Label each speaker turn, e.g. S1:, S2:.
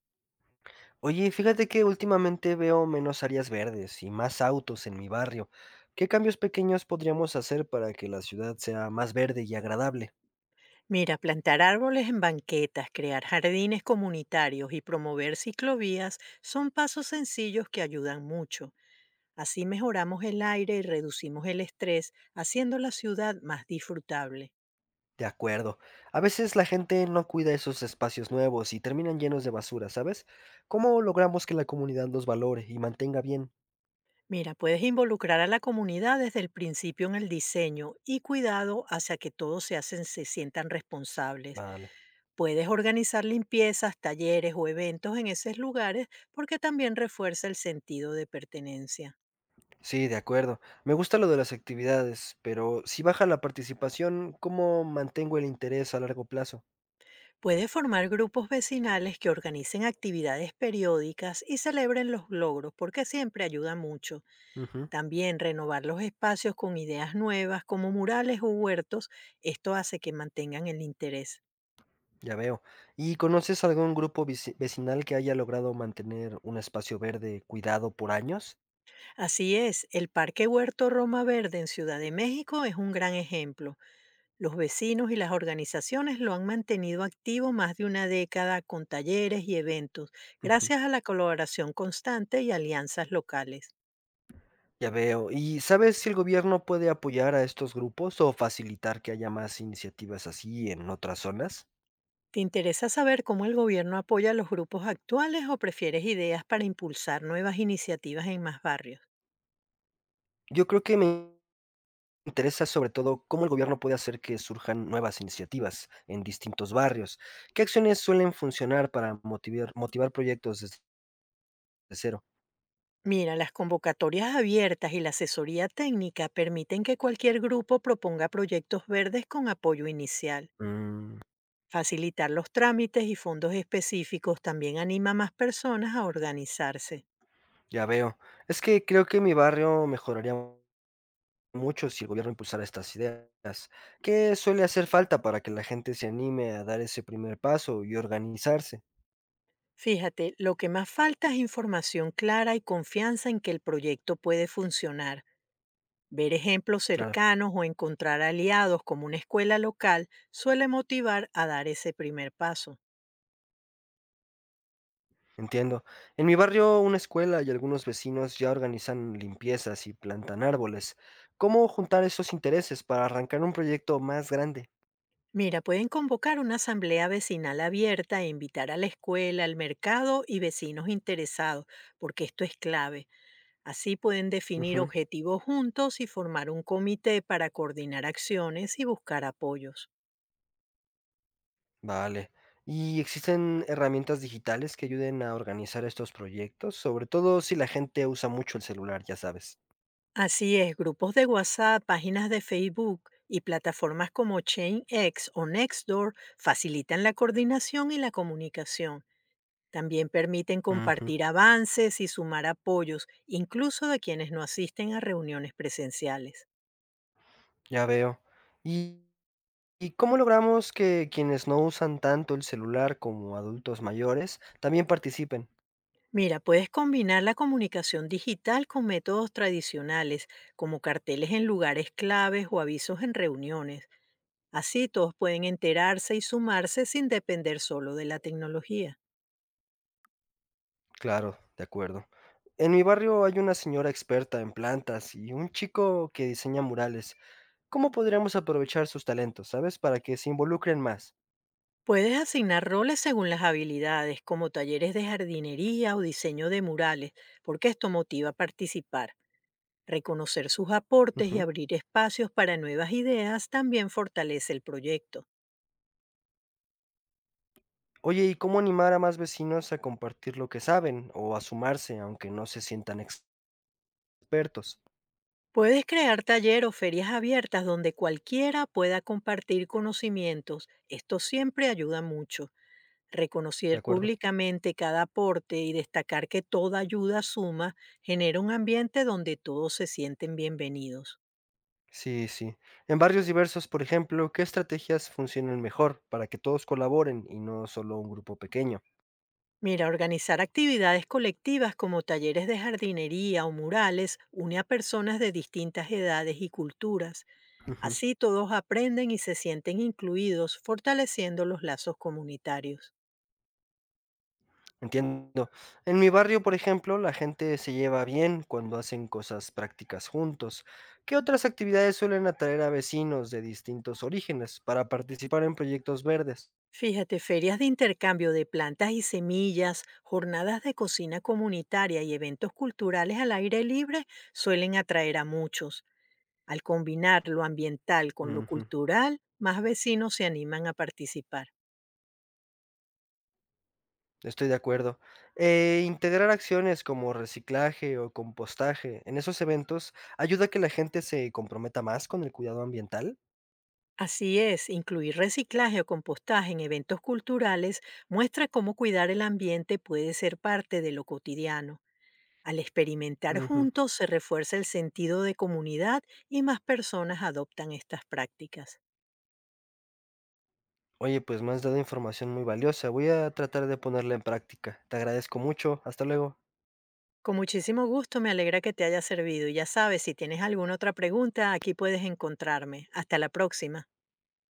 S1: Oye, fíjate que últimamente veo menos áreas verdes y más autos en mi barrio. ¿Qué cambios pequeños podríamos hacer para que la ciudad sea más verde y agradable?
S2: Mira, plantar árboles en banquetas, crear jardines comunitarios y promover ciclovías son pasos sencillos que ayudan mucho. Así mejoramos el aire y reducimos el estrés, haciendo la ciudad más disfrutable.
S1: De acuerdo. A veces la gente no cuida esos espacios nuevos y terminan llenos de basura, ¿sabes? ¿Cómo logramos que la comunidad los valore y mantenga bien?
S2: Mira, puedes involucrar a la comunidad desde el principio en el diseño y cuidado hacia que se sientan responsables.
S1: Vale.
S2: Puedes organizar limpiezas, talleres o eventos en esos lugares porque también refuerza el sentido de pertenencia.
S1: Sí, de acuerdo. Me gusta lo de las actividades, pero si baja la participación, ¿cómo mantengo el interés a largo plazo?
S2: Puede formar grupos vecinales que organicen actividades periódicas y celebren los logros, porque siempre ayuda mucho.
S1: Ujú.
S2: También renovar los espacios con ideas nuevas, como murales o huertos, esto hace que mantengan el interés.
S1: Ya veo. ¿Y conoces algún grupo vecinal que haya logrado mantener un espacio verde cuidado por años?
S2: Así es, el Parque Huerto Roma Verde en Ciudad de México es un gran ejemplo. Los vecinos y las organizaciones lo han mantenido activo más de una década con talleres y eventos,
S1: Ujú.
S2: gracias a la colaboración constante y alianzas locales.
S1: Ya veo. ¿Y sabes si el gobierno puede apoyar a estos grupos o facilitar que haya más iniciativas así en otras zonas?
S2: ¿Te interesa saber cómo el gobierno apoya a los grupos actuales o prefieres ideas para impulsar nuevas iniciativas en más barrios?
S1: Yo creo que me interesa sobre todo cómo el gobierno puede hacer que surjan nuevas iniciativas en distintos barrios. ¿Qué acciones suelen funcionar para motivar proyectos desde cero?
S2: Mira, las convocatorias abiertas y la asesoría técnica permiten que cualquier grupo proponga proyectos verdes con apoyo inicial.
S1: Mm,
S2: Facilitar los trámites y fondos específicos también anima a más personas a organizarse.
S1: ya veo. Es que creo que mi barrio mejoraría mucho si el gobierno impulsara estas ideas. ¿Qué suele hacer falta para que la gente se anime a dar ese primer paso y organizarse?
S2: Fíjate, lo que más falta es información clara y confianza en que el proyecto puede funcionar. Ver ejemplos
S1: Claro,
S2: cercanos o encontrar aliados como una escuela local suele motivar a dar ese primer paso.
S1: entiendo. En mi barrio, una escuela y algunos vecinos ya organizan limpiezas y plantan árboles. ¿Cómo juntar esos intereses para arrancar un proyecto más grande?
S2: Mira, pueden convocar una asamblea vecinal abierta e invitar a la escuela, al mercado y vecinos interesados, porque esto es clave. Así pueden definir
S1: Ujú.
S2: objetivos juntos y formar un comité para coordinar acciones y buscar apoyos.
S1: Vale. ¿Y existen herramientas digitales que ayuden a organizar estos proyectos? Sobre todo si la gente usa mucho el celular, ya sabes.
S2: Así es, grupos de WhatsApp, páginas de Facebook y plataformas como ChainX o Nextdoor facilitan la coordinación y la comunicación. También permiten
S1: Ujú.
S2: compartir avances y sumar apoyos, incluso de quienes no asisten a reuniones presenciales.
S1: Ya veo. ¿Y ¿Y cómo logramos que quienes no usan tanto el celular como adultos mayores también participen?
S2: Mira, puedes combinar la comunicación digital con métodos tradicionales, como carteles en lugares claves o avisos en reuniones. Así todos pueden enterarse y sumarse sin depender solo de la tecnología.
S1: Claro, de acuerdo. En mi barrio hay una señora experta en plantas y un chico que diseña murales. ¿Cómo podríamos aprovechar sus talentos, sabes, para que se involucren más?
S2: Puedes asignar roles según las habilidades, como talleres de jardinería o diseño de murales, porque esto motiva a participar. Reconocer sus aportes y
S1: Ujú.
S2: abrir espacios para nuevas ideas también fortalece el proyecto.
S1: Oye, ¿y cómo animar a más vecinos a compartir lo que saben o a sumarse, aunque no se sientan expertos?
S2: Puedes crear taller o ferias abiertas donde cualquiera pueda compartir conocimientos. Esto siempre ayuda mucho.
S1: De
S2: Reconocer
S1: acuerdo.
S2: públicamente cada aporte y destacar que toda ayuda suma genera un ambiente donde todos se sienten bienvenidos.
S1: Sí, sí. En barrios diversos, por ejemplo, ¿qué estrategias funcionan mejor para que todos colaboren y no solo un grupo pequeño?
S2: Mira, organizar actividades colectivas como talleres de jardinería o murales une a personas de distintas edades y culturas.
S1: Ujú.
S2: Así todos aprenden y se sienten incluidos, fortaleciendo los lazos comunitarios.
S1: Entiendo. En mi barrio, por ejemplo, la gente se lleva bien cuando hacen cosas prácticas juntos. ¿Qué otras actividades suelen atraer a vecinos de distintos orígenes para participar en proyectos verdes?
S2: Fíjate, ferias de intercambio de plantas y semillas, jornadas de cocina comunitaria y eventos culturales al aire libre suelen atraer a muchos. Al combinar lo ambiental con lo
S1: Ujú.
S2: cultural, más vecinos se animan a participar.
S1: Estoy de acuerdo. Integrar acciones como reciclaje o compostaje en esos eventos ayuda a que la gente se comprometa más con el cuidado ambiental.
S2: Así es, incluir reciclaje o compostaje en eventos culturales muestra cómo cuidar el ambiente puede ser parte de lo cotidiano. Al experimentar
S1: Ujú.
S2: juntos se refuerza el sentido de comunidad y más personas adoptan estas prácticas.
S1: Oye, pues me has dado información muy valiosa. Voy a tratar de ponerla en práctica. Te agradezco mucho. Hasta luego.
S2: Con muchísimo gusto, me alegra que te haya servido y ya sabes, si tienes alguna otra pregunta, aquí puedes encontrarme. Hasta la próxima.